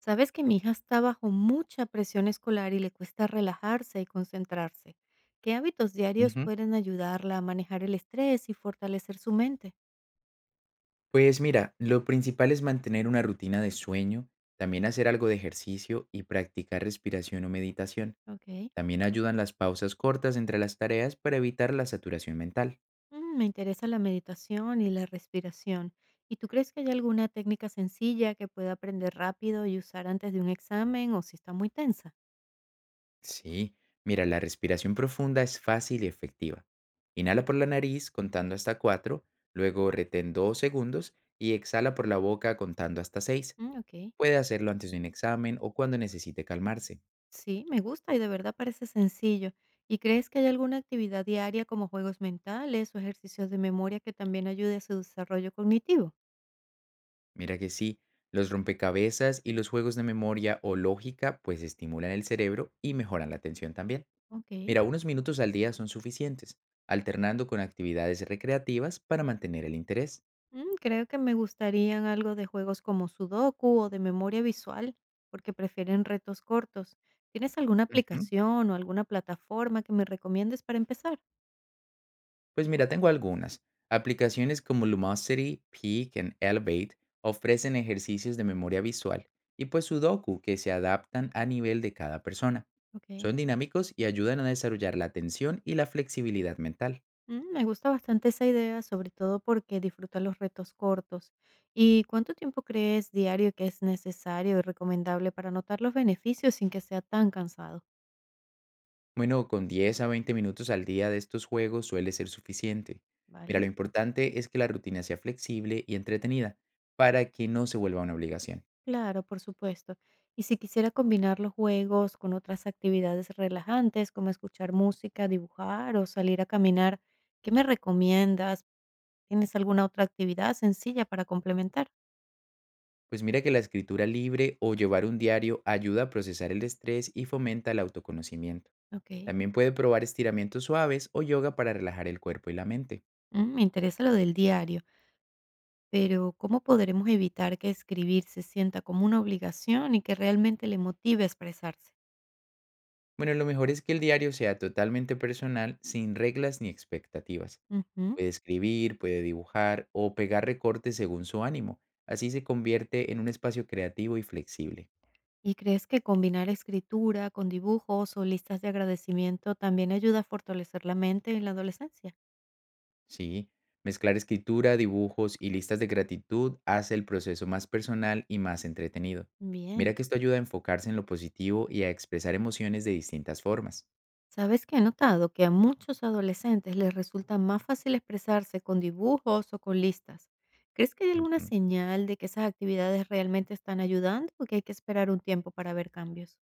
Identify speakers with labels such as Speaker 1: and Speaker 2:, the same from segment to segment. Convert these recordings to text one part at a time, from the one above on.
Speaker 1: Sabes que mi hija está bajo mucha presión escolar y le cuesta relajarse y concentrarse. ¿Qué hábitos diarios
Speaker 2: Ujú.
Speaker 1: pueden ayudarla a manejar el estrés y fortalecer su mente?
Speaker 2: Pues mira, lo principal es mantener una rutina de sueño, también hacer algo de ejercicio y practicar respiración o meditación.
Speaker 1: Ok.
Speaker 2: También ayudan las pausas cortas entre las tareas para evitar la saturación mental.
Speaker 1: Me interesa la meditación y la respiración. ¿Y tú crees que hay alguna técnica sencilla que pueda aprender rápido y usar antes de un examen o si está muy tensa?
Speaker 2: Sí, mira, la respiración profunda es fácil y efectiva. Inhala por la nariz contando hasta 4, luego retén 2 segundos y exhala por la boca contando hasta 6.
Speaker 1: Mm, ok.
Speaker 2: Puede hacerlo antes de un examen o cuando necesite calmarse.
Speaker 1: Sí, me gusta y de verdad parece sencillo. ¿Y crees que hay alguna actividad diaria como juegos mentales o ejercicios de memoria que también ayude a su desarrollo cognitivo?
Speaker 2: Mira que sí, los rompecabezas y los juegos de memoria o lógica pues estimulan el cerebro y mejoran la atención también.
Speaker 1: Okey.
Speaker 2: Mira, unos minutos al día son suficientes, alternando con actividades recreativas para mantener el interés.
Speaker 1: Creo que me gustarían algo de juegos como Sudoku o de memoria visual, porque prefieren retos cortos. ¿Tienes alguna
Speaker 2: Ujú.
Speaker 1: aplicación o alguna plataforma que me recomiendes para empezar?
Speaker 2: Pues mira, tengo algunas. Aplicaciones como Lumosity, Peak and Elevate ofrecen ejercicios de memoria visual y pues Sudoku que se adaptan a nivel de cada persona.
Speaker 1: Okey.
Speaker 2: Son dinámicos y ayudan a desarrollar la atención y la flexibilidad mental.
Speaker 1: Me gusta bastante esa idea, sobre todo porque disfruta los retos cortos. ¿Y cuánto tiempo crees diario que es necesario y recomendable para notar los beneficios sin que sea tan cansado?
Speaker 2: Bueno, con 10 a 20 minutos al día de estos juegos suele ser suficiente. Mira,
Speaker 1: ¿Vale?
Speaker 2: lo importante es que la rutina sea flexible y entretenida para que no se vuelva una obligación.
Speaker 1: Claro, por supuesto. Y si quisiera combinar los juegos con otras actividades relajantes, como escuchar música, dibujar o salir a caminar, ¿qué me recomiendas? ¿Tienes alguna otra actividad sencilla para complementar?
Speaker 2: Pues mira que la escritura libre o llevar un diario ayuda a procesar el estrés y fomenta el autoconocimiento.
Speaker 1: Ok.
Speaker 2: También puede probar estiramientos suaves o yoga para relajar el cuerpo y la mente.
Speaker 1: Me interesa lo del diario, pero ¿cómo podremos evitar que escribir se sienta como una obligación y que realmente le motive a expresarse?
Speaker 2: Bueno, lo mejor es que el diario sea totalmente personal, sin reglas ni expectativas.
Speaker 1: Ujú.
Speaker 2: Puede escribir, puede dibujar o pegar recortes según su ánimo. Así se convierte en un espacio creativo y flexible.
Speaker 1: ¿Y crees que combinar escritura con dibujos o listas de agradecimiento también ayuda a fortalecer la mente en la adolescencia?
Speaker 2: Sí, mezclar escritura, dibujos y listas de gratitud hace el proceso más personal y más entretenido.
Speaker 1: Bien,
Speaker 2: Mira que esto ayuda a enfocarse en lo positivo y a expresar emociones de distintas formas.
Speaker 1: ¿sabes que he notado? Que a muchos adolescentes les resulta más fácil expresarse con dibujos o con listas. ¿Crees que hay alguna
Speaker 2: Ujú.
Speaker 1: señal de que esas actividades realmente están ayudando o que hay que esperar un tiempo para ver cambios?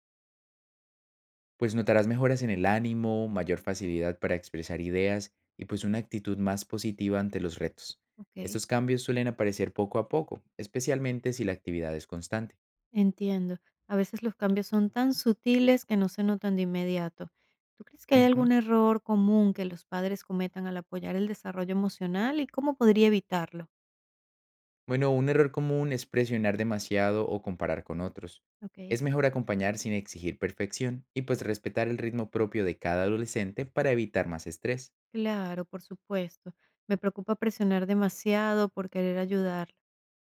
Speaker 2: Pues notarás mejoras en el ánimo, mayor facilidad para expresar ideas y pues una actitud más positiva ante los retos.
Speaker 1: Ok,
Speaker 2: Estos cambios suelen aparecer poco a poco, especialmente si la actividad es constante.
Speaker 1: entiendo. A veces los cambios son tan sutiles que no se notan de inmediato. ¿Tú crees que hay
Speaker 2: Ujú.
Speaker 1: algún error común que los padres cometan al apoyar el desarrollo emocional y cómo podría evitarlo?
Speaker 2: Bueno, un error común es presionar demasiado o comparar con otros.
Speaker 1: Ok.
Speaker 2: Es mejor acompañar sin exigir perfección y pues respetar el ritmo propio de cada adolescente para evitar más estrés.
Speaker 1: Claro, por supuesto. Me preocupa presionar demasiado por querer ayudarla.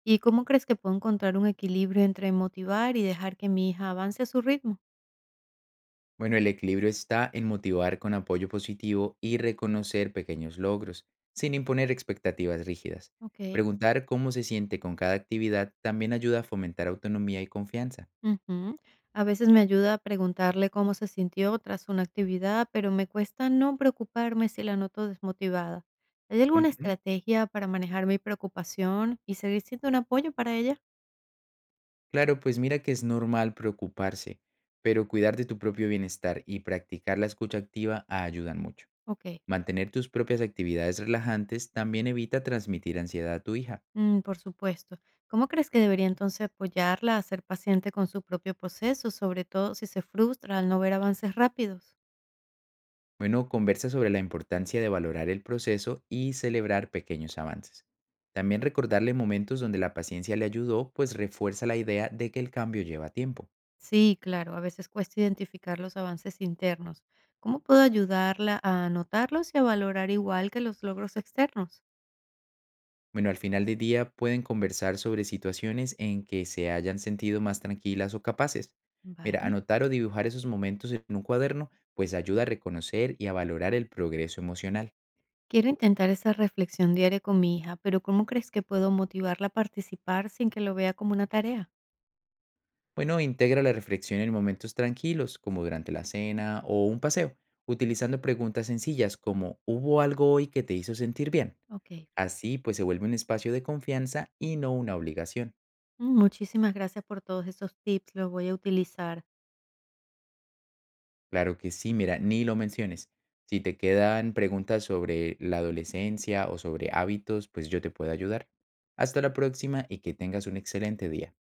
Speaker 1: ¿Y cómo crees que puedo encontrar un equilibrio entre motivar y dejar que mi hija avance a su ritmo?
Speaker 2: Bueno, el equilibrio está en motivar con apoyo positivo y reconocer pequeños logros, sin imponer expectativas rígidas.
Speaker 1: Ok.
Speaker 2: Preguntar cómo se siente con cada actividad también ayuda a fomentar autonomía y confianza.
Speaker 1: Ujú. A veces me ayuda a preguntarle cómo se sintió tras una actividad, pero me cuesta no preocuparme si la noto desmotivada. ¿Hay alguna
Speaker 2: Ujú.
Speaker 1: estrategia para manejar mi preocupación y seguir siendo un apoyo para ella?
Speaker 2: Claro, pues mira que es normal preocuparse, pero cuidar de tu propio bienestar y practicar la escucha activa ayudan mucho.
Speaker 1: Ok.
Speaker 2: Mantener tus propias actividades relajantes también evita transmitir ansiedad a tu hija.
Speaker 1: Por supuesto. ¿Cómo crees que debería entonces apoyarla a ser paciente con su propio proceso, sobre todo si se frustra al no ver avances rápidos?
Speaker 2: Bueno, conversa sobre la importancia de valorar el proceso y celebrar pequeños avances. También recordarle momentos donde la paciencia le ayudó, pues refuerza la idea de que el cambio lleva tiempo.
Speaker 1: Sí, claro, a veces cuesta identificar los avances internos. ¿Cómo puedo ayudarla a notarlos y a valorar igual que los logros externos?
Speaker 2: Bueno, al final del día pueden conversar sobre situaciones en que se hayan sentido más tranquilas o capaces. Mira,
Speaker 1: Vale.
Speaker 2: anotar o dibujar esos momentos en un cuaderno pues ayuda a reconocer y a valorar el progreso emocional.
Speaker 1: Quiero intentar esa reflexión diaria con mi hija, pero ¿cómo crees que puedo motivarla a participar sin que lo vea como una tarea?
Speaker 2: Bueno, integra la reflexión en momentos tranquilos, como durante la cena o un paseo, utilizando preguntas sencillas como ¿hubo algo hoy que te hizo sentir bien?
Speaker 1: Ok.
Speaker 2: Así pues se vuelve un espacio de confianza y no una obligación.
Speaker 1: Muchísimas gracias por todos esos tips, los voy a utilizar.
Speaker 2: Claro que sí, mira, ni lo menciones. Si te quedan preguntas sobre la adolescencia o sobre hábitos, pues yo te puedo ayudar. Hasta la próxima y que tengas un excelente día.